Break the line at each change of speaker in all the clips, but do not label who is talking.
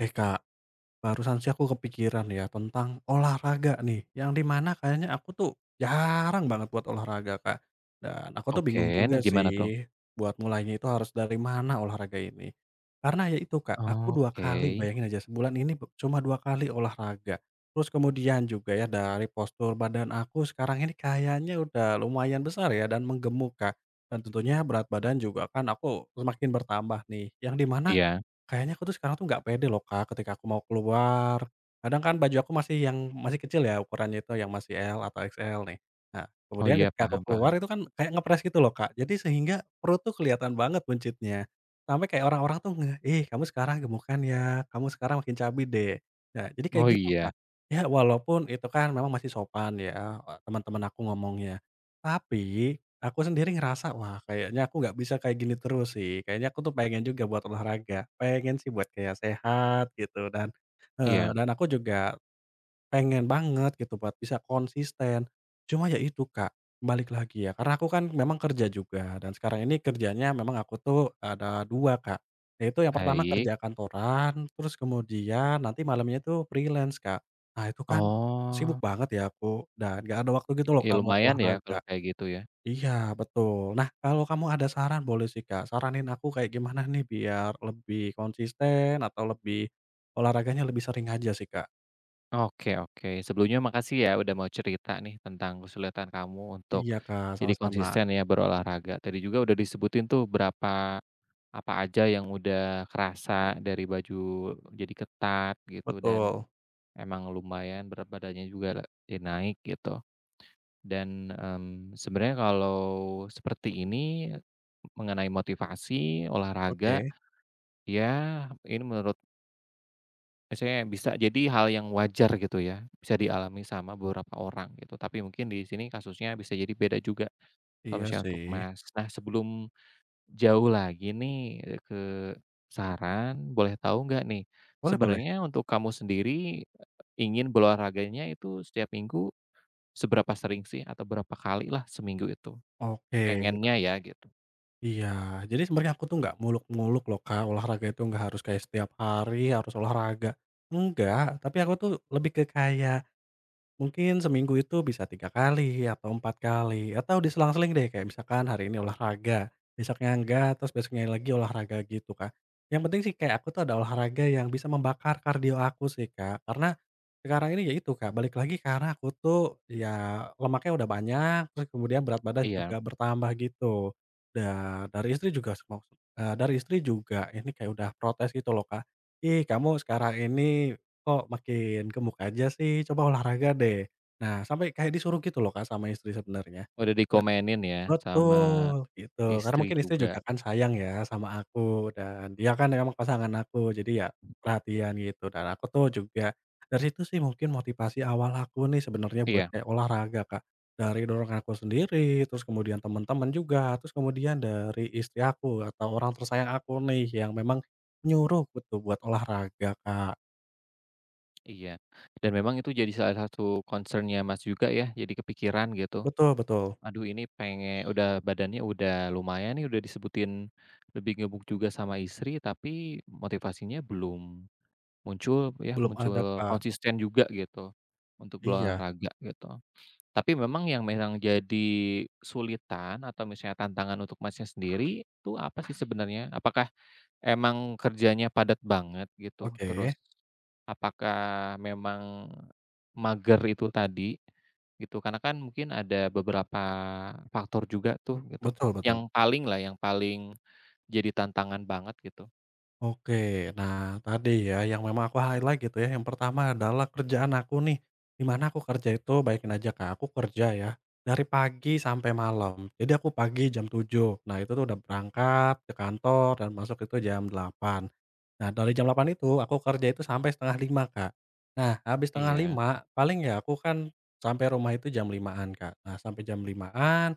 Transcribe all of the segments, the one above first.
Eh Kak, barusan sih aku kepikiran ya tentang olahraga nih, yang dimana kayaknya aku tuh jarang banget buat olahraga, Kak. Dan aku tuh
Oke.
bingung
Nah,
juga
gimana tuh?
sih buat mulainya itu harus dari mana olahraga ini. Karena ya itu, Kak, aku 2
Oke,
kali bayangin aja sebulan ini cuma 2 kali olahraga. Terus kemudian juga ya dari postur badan aku sekarang ini kayaknya udah lumayan besar ya dan menggemuk, Kak, dan tentunya berat badan juga kan aku semakin bertambah nih, yang dimana?
iya.
Kayaknya aku tuh sekarang tuh nggak pede loh, Kak, ketika aku mau keluar. Kadang kan baju aku masih yang masih kecil ya ukurannya itu, yang masih L atau XL nih. Nah,
Oh
kemudian
iya,
ketika aku
paham paham.
keluar itu kan kayak ngepres gitu loh, Kak, jadi sehingga perut tuh kelihatan banget buncitnya. Sampai kayak orang-orang tuh nge, "Ih, kamu sekarang gemukan ya, kamu sekarang makin cabi deh." Nah, jadi kayak
Oh
gitu,
iya,
Kak. Ya walaupun itu kan memang masih sopan ya, eh, teman-teman aku ngomongnya. Tapi aku sendiri ngerasa, wah kayaknya aku nggak bisa kayak gini terus sih, kayaknya aku tuh pengen juga buat olahraga, pengen sih buat kayak sehat gitu dan,
iya,
dan aku juga pengen banget gitu buat bisa konsisten. Cuma ya itu, Kak, balik lagi ya, karena aku kan memang kerja juga dan sekarang ini kerjanya memang aku tuh ada dua, Kak, yaitu yang pertama
baik.
kerja kantoran, terus kemudian nanti malamnya itu freelance, Kak. Nah itu kan sibuk
Oh,
banget ya aku dan nggak ada waktu gitu loh,
ya
Kak, buat
lumayan ya kalau
olahraga.
kayak gitu ya.
Iya, betul. Nah, kalau kamu ada saran boleh sih, Kak. Saranin aku kayak gimana nih biar lebih konsisten atau lebih olahraganya lebih sering aja sih, Kak.
Oke oke, sebelumnya makasih ya udah mau cerita nih tentang kesulitan kamu untuk
Iya, Kak,
jadi
sama-sama.
konsisten ya berolahraga. Tadi juga udah disebutin tuh berapa apa aja yang udah kerasa, dari baju jadi ketat gitu dan
Betul.
emang lumayan berat badannya juga jadi naik gitu. Dan, sebenarnya kalau seperti ini, mengenai motivasi, olahraga,
Oke.
ya ini menurut saya bisa jadi hal yang wajar gitu ya, bisa dialami sama beberapa orang gitu, tapi mungkin di sini kasusnya bisa jadi beda juga, kalau
Iya
misalnya untuk
sih.
Mas. Nah, sebelum jauh lagi nih, ke saran, boleh tahu nggak nih,
Boleh, boleh.
sebenarnya untuk kamu sendiri, eh, ingin berolahraganya itu setiap minggu, seberapa sering sih? Atau berapa kali lah seminggu itu?
Oke. La
Pengennya ya gitu.
iya. Jadi sebenarnya aku tuh nggak muluk-muluk loh, Kak, olahraga itu nggak harus kayak setiap hari harus olahraga. Enggak, tapi aku tuh lebih ke kayak mungkin seminggu itu bisa 3 kali atau 4 kali atau diselang-seling deh kayak misalkan hari ini olahraga, besoknya enggak, terus besoknya lagi olahraga gitu, Kak. Yang penting sih kayak aku tuh ada olahraga yang bisa membakar kardio aku sih, Kak. Karena sekarang ini ya itu, Kak, balik lagi karena aku tuh ya lemaknya udah banyak, terus kemudian berat badan
Iya,
juga bertambah gitu. Da dari istri juga semok eee, dari istri juga ini kayak udah protes gitu loh, Kak, "Ih, kamu sekarang ini kok makin gemuk aja sih, coba olahraga deh." Nah, sampai kayak disuruh gitu loh, Kak, sama istri sebenarnya.
udah
Nggak,
dikomenin ya sama
betul, gitu. Karena
istri
mungkin istri juga
juga.
kan sayang ya sama aku, dan dia kan emang pasangan aku, jadi ya perhatian gitu. Dan aku tuh juga dari situ sih mungkin motivasi awal aku nih sebenarnya buat
Iya
kayak olahraga, Kak. Dari dorongan aku sendiri, terus kemudian teman-teman juga, terus kemudian dari istri aku atau orang tersayang aku nih yang memang nyuruh gitu buat olahraga, Kak.
iya. Dan memang itu jadi salah satu concern-nya Mas juga ya, jadi kepikiran gitu.
Betul, betul.
Aduh, ini pengen, udah badannya udah lumayan nih, udah disebutin lebih gemuk juga sama istri, tapi motivasinya belum muncul ya,
Belum ada,
muncul
Kak.
konsisten juga gitu untuk
Iya,
berolahraga gitu. Tapi memang yang memang jadi sulitan atau misalnya tantangan untuk Masnya sendiri itu apa sih sebenarnya? Apakah emang kerjanya padat banget gitu, terus
oke.
apakah memang mager itu tadi gitu, karena kan mungkin ada beberapa faktor juga tuh gitu,
Betul, betul.
yang paling lah, yang paling jadi tantangan banget gitu.
Oke, nah tadi ya yang memang aku highlight gitu ya, yang pertama adalah kerjaan aku nih, di mana aku kerja itu bayangin aja, Kak, aku kerja ya dari pagi sampai malam. Jadi aku pagi jam 7 nah itu tuh udah berangkat ke kantor dan masuk itu jam 8. Nah dari jam 8 itu aku kerja itu sampai setengah lima, Kak. Nah habis setengah
Iya,
lima paling ya aku kan sampai rumah itu jam limaan, Kak. Nah sampai jam limaan,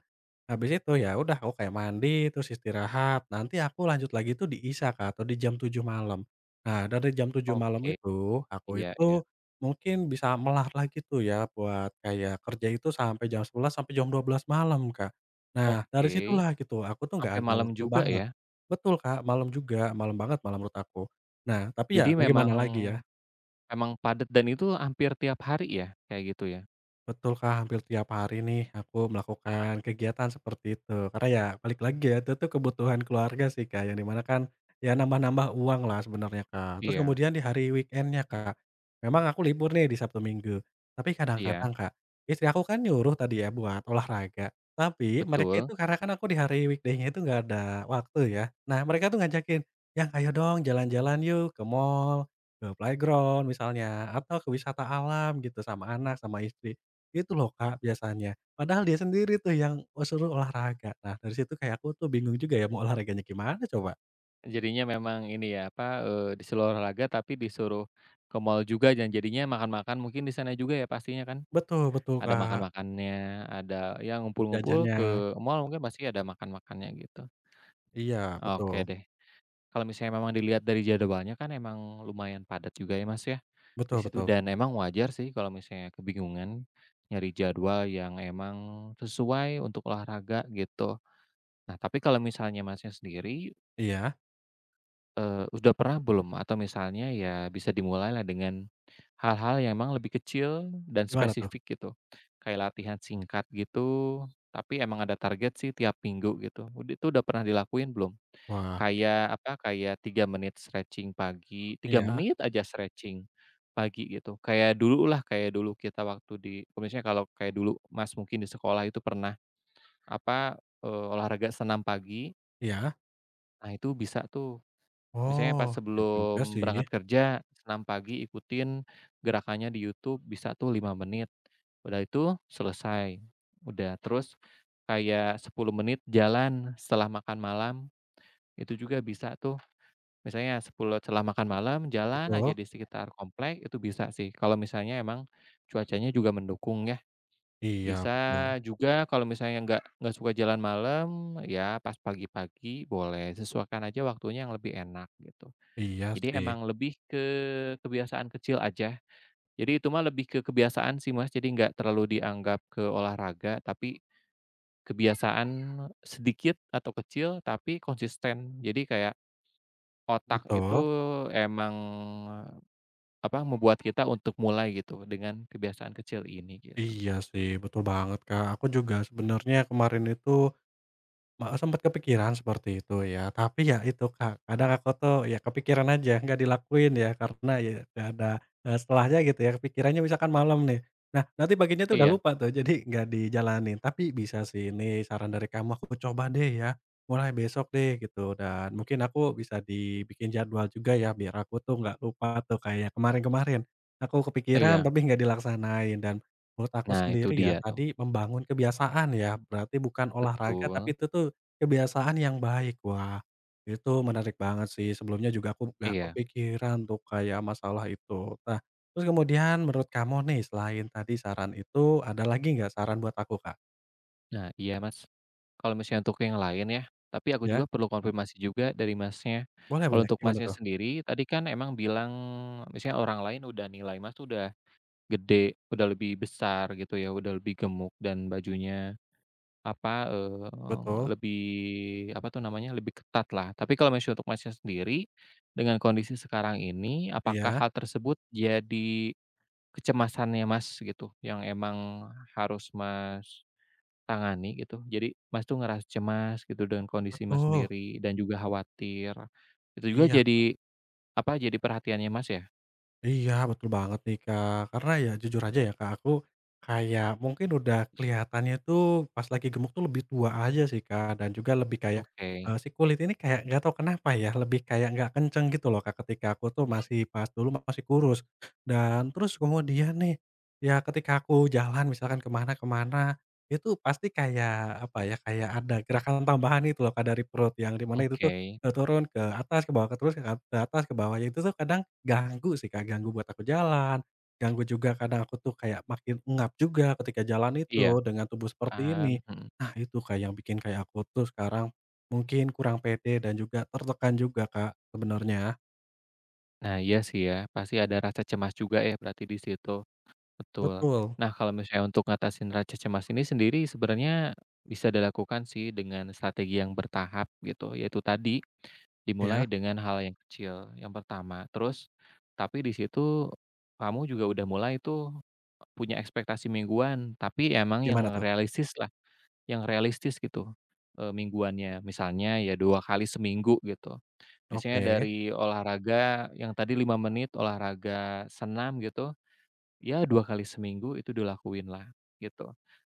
habis itu, ya udah aku kayak mandi, terus istirahat, nanti aku lanjut lagi tuh di isya, Kak, atau di jam 7 malam. Nah, dari jam 7 malam
oke,
itu, aku
iya iya,
itu mungkin bisa melar lagi tuh ya buat kayak kerja itu sampai jam 11 sampai jam 12 malam, Kak. Nah, dari
oke,
situlah gitu, aku tuh nggak
sampai
ada
malam
waktu
juga
banget.
ya?
Betul, Kak, malam juga, malam banget malam menurut aku. Nah, tapi
Jadi
ya mau
memang,
gimana lagi ya.
memang padat dan itu hampir tiap hari ya, kayak gitu ya?
Betul, Kak, hampir tiap hari nih aku melakukan kegiatan seperti itu. Karena ya balik lagi ya, itu tuh kebutuhan keluarga sih, Kak, yang dimana kan ya nambah-nambah uang lah sebenarnya, Kak. Terus
Iya
kemudian di hari weekendnya, Kak, memang aku libur nih di Sabtu Minggu. Tapi
iya,
kadang-kadang, Kak, istri aku kan nyuruh tadi ya buat olahraga, tapi mereka
betul.
itu karena kan aku di hari weekday-nya itu nggak ada waktu ya. Nah, mereka tuh ngajakin, "Yang ayo dong jalan-jalan yuk ke mall, ke playground misalnya, atau ke wisata alam gitu sama anak, sama istri." Itu loh, Kak, biasanya, padahal dia sendiri tuh yang oh suruh olahraga. Nah dari situ kayak aku tuh bingung juga ya mau olahraganya gimana coba?
Jadinya memang ini ya, apa, disuruh olahraga tapi disuruh ke mall juga dan jadinya makan-makan mungkin di sana juga ya pastinya kan?
Betul, betul,
Ada
Kak,
makan-makannya, ada ya ngumpul-ngumpul
jajannya.
ke mall mungkin pasti ada makan-makannya gitu.
Iya, betul,
Oke deh. Kalau misalnya memang dilihat dari jadwalnya kan emang lumayan padat juga ya, Mas, ya, di
betul,
situ,
betul.
dan emang wajar sih kalau misalnya kebingungan nyari jadwal yang emang sesuai untuk olahraga gitu. Nah, tapi kalau misalnya Masnya sendiri,
Iya,
Udah pernah belum? Atau misalnya ya bisa dimulailah dengan hal-hal yang emang lebih kecil dan
gimana tuh?
spesifik gitu. Kayak latihan singkat gitu, tapi emang ada target sih tiap minggu gitu. Itu udah pernah dilakuin belum?
Wah,
Kayak apa, kayak 3 menit stretching pagi, tiga
iya,
menit aja stretching pagi gitu. Kayak dululah, kayak dulu kita waktu di, misalnya kalau kayak dulu Mas mungkin di sekolah itu pernah apa, olahraga senam pagi,
iya.
nah itu bisa tuh. Misalnya pas
Oh, iya juga
sebelum
sih,
berangkat kerja, senam pagi ikutin gerakannya di YouTube bisa tuh 5 menit, udah itu selesai. Udah, terus kayak 10 menit jalan setelah makan malam, itu juga bisa tuh. Misalnya 10 setelah makan malam, jalan aja
betul.
di sekitar komplek, itu bisa sih kalau misalnya emang cuacanya juga mendukung ya.
Iya
Bisa
betul,
juga kalau misalnya nggak suka jalan malam, ya pas pagi-pagi boleh, sesuaikan aja waktunya yang lebih enak gitu.
iya
Jadi
sih,
emang lebih ke kebiasaan kecil aja. Jadi itu mah lebih ke kebiasaan sih Mas, jadi nggak terlalu dianggap ke olahraga, tapi kebiasaan sedikit atau kecil tapi konsisten. Jadi kayak otak itu
betul.
emang, apa, membuat kita untuk mulai gitu dengan kebiasaan kecil ini gitu.
Iya sih, betul banget, Kak. Aku juga sebenarnya kemarin itu sempet kepikiran seperti itu ya, tapi ya itu, Kak, kadang aku tuh ya kepikiran aja, nggak dilakuin ya karena ya nggak ada, setelahnya gitu ya, kepikirannya misalkan malam nih. Nah, nanti paginya tuh udah
Iya
lupa tuh, jadi nggak dijalanin. Tapi bisa sih ini saran dari kamu, aku coba deh ya, mulai besok deh gitu, dan mungkin aku bisa dibikin jadwal juga ya, biar aku tuh nggak lupa tuh kayak kemarin-kemarin. Aku kepikiran
iya.
tapi nggak dilaksanain dan menurut aku
Nah itu
sendiri ya,
dia tuh.
tadi membangun kebiasaan ya, berarti bukan olahraga tapi
Betul.
itu tuh kebiasaan yang baik, wah itu menarik banget sih, sebelumnya juga aku nggak
Iya.
kepikiran tuh kayak masalah itu. Nah, terus kemudian menurut kamu nih selain tadi saran itu, ada lagi nggak saran buat aku, Kak?
Nah, iya, Mas. Kalau misalnya untuk yang lain ya, tapi aku
Ya?
juga perlu konfirmasi juga dari Masnya.
Boleh,
Kalau
boleh,
untuk
gimana
Masnya
tuh?
sendiri, tadi kan emang bilang misalnya orang lain udah nilai Mas tuh udah gede, udah lebih besar gitu ya, udah lebih gemuk, dan bajunya apa,
Betul,
lebih apa tuh namanya, lebih ketat lah. Tapi kalau misalnya untuk Masnya sendiri, dengan kondisi sekarang ini, apakah
iya,
hal tersebut jadi kecemasannya Mas gitu, yang emang harus Mas tangani gitu. Jadi Mas tuh ngerasa cemas gitu dengan kondisi Mas
betul,
sendiri dan juga khawatir. Itu juga
iya.
jadi, apa, jadi perhatiannya Mas ya?
Iya, betul banget nih, Kak. Karena ya jujur aja ya, Kak, aku kayak mungkin udah kelihatannya tuh pas lagi gemuk tuh lebih tua aja sih, Kak, dan juga lebih kayak,
Oke
si kulit ini kayak nggak tahu kenapa ya, lebih kayak nggak kenceng gitu loh, Kak, ketika aku tuh masih pas dulu masih kurus. Dan terus kemudian nih, ya ketika aku jalan misalkan kemana kemana itu pasti kayak apa ya, kayak ada gerakan tambahan itu loh, Kak, dari perut yang dimana itu tuh,
oke.
turun ke atas, ke bawah, terus ke atas, ke bawah. Ya itu tuh kadang ganggu sih, Kak, ganggu buat aku jalan, ganggu juga kadang aku tuh kayak makin engap juga ketika jalan itu
Iya,
dengan tubuh seperti
paham,
ini.
mhm.
Nah itu, Kak, yang bikin kayak aku tuh sekarang mungkin kurang pede dan juga tertekan juga, Kak, sebenarnya.
Nah iya sih ya, pasti ada rasa cemas juga ya berarti di situ, betul.
Betul.
Nah kalau misalnya untuk ngatasin rasa cemas ini sendiri sebenarnya bisa dilakukan sih dengan strategi yang bertahap gitu, yaitu tadi
Iya,
dimulai dengan hal yang kecil, yang pertama. Terus, tapi di situ kamu juga udah mulai tuh punya ekspektasi mingguan, tapi emang
gimana
yang
tuh?
realistis lah, yang realistis gitu, mingguannya. Misalnya ya 2 kali seminggu gitu. Misalnya
Oke,
dari olahraga yang tadi 5 menit olahraga senam gitu, ya 2 kali seminggu itu dilakuin lah, gitu.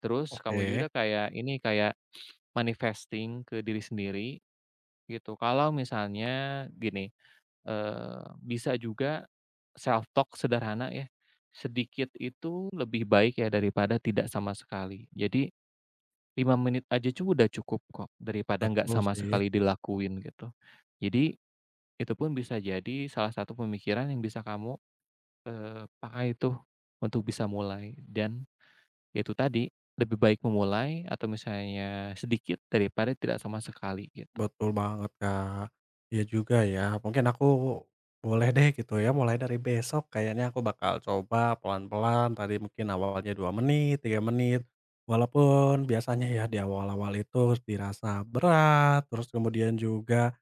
Terus kamu
oke,
juga kayak ini, kayak manifesting ke diri sendiri gitu, kalau misalnya gini, bisa juga self talk sederhana ya, sedikit itu lebih baik ya daripada tidak sama sekali. Jadi 5 menit aja udah cukup kok, daripada nggak
betul
sama
sih.
sekali dilakuin gitu. Jadi itu pun bisa jadi salah satu pemikiran yang bisa kamu, pakai tuh untuk bisa mulai dan itu tadi, lebih baik memulai atau misalnya sedikit daripada tidak sama sekali gitu.
Betul banget, Kak. Iya juga ya, mungkin aku boleh deh gitu ya, mulai dari besok kayaknya aku bakal coba pelan-pelan, tadi mungkin awalnya 2 menit, 3 menit, walaupun biasanya ya di awal-awal itu dirasa berat, terus kemudian juga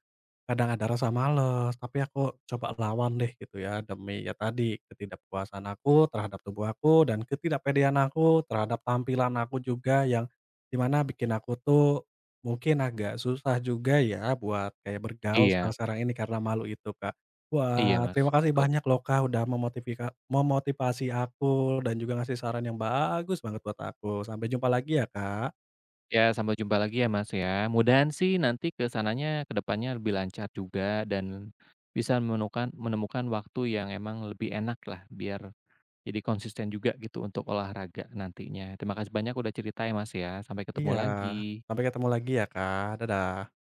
kadang ada rasa males, tapi aku coba lawan deh gitu ya, demi ya tadi, ketidakpuasan aku terhadap tubuh aku dan ketidakpedean aku terhadap tampilan aku juga yang dimana bikin aku tuh mungkin agak susah juga ya buat kayak bergaul
Iya
sekarang-sekarang ini karena malu itu, Kak.
iya,
Wah, terima
Mas.
kasih banyak loh, Kak, udah memotivasi aku dan juga ngasih saran yang bagus banget buat aku. Sampai jumpa lagi ya, Kak.
Ya, sampai jumpa lagi ya, Mas, ya. Mudahan sih nanti ke sananya ke depannya lebih lancar juga dan bisa menemukan menemukan waktu yang emang lebih enak lah, biar jadi konsisten juga gitu untuk olahraga nantinya. Terima kasih banyak udah cerita ya, Mas, ya. Sampai ketemu
Iya,
lagi.
sampai ketemu lagi ya, Kak. Dadah.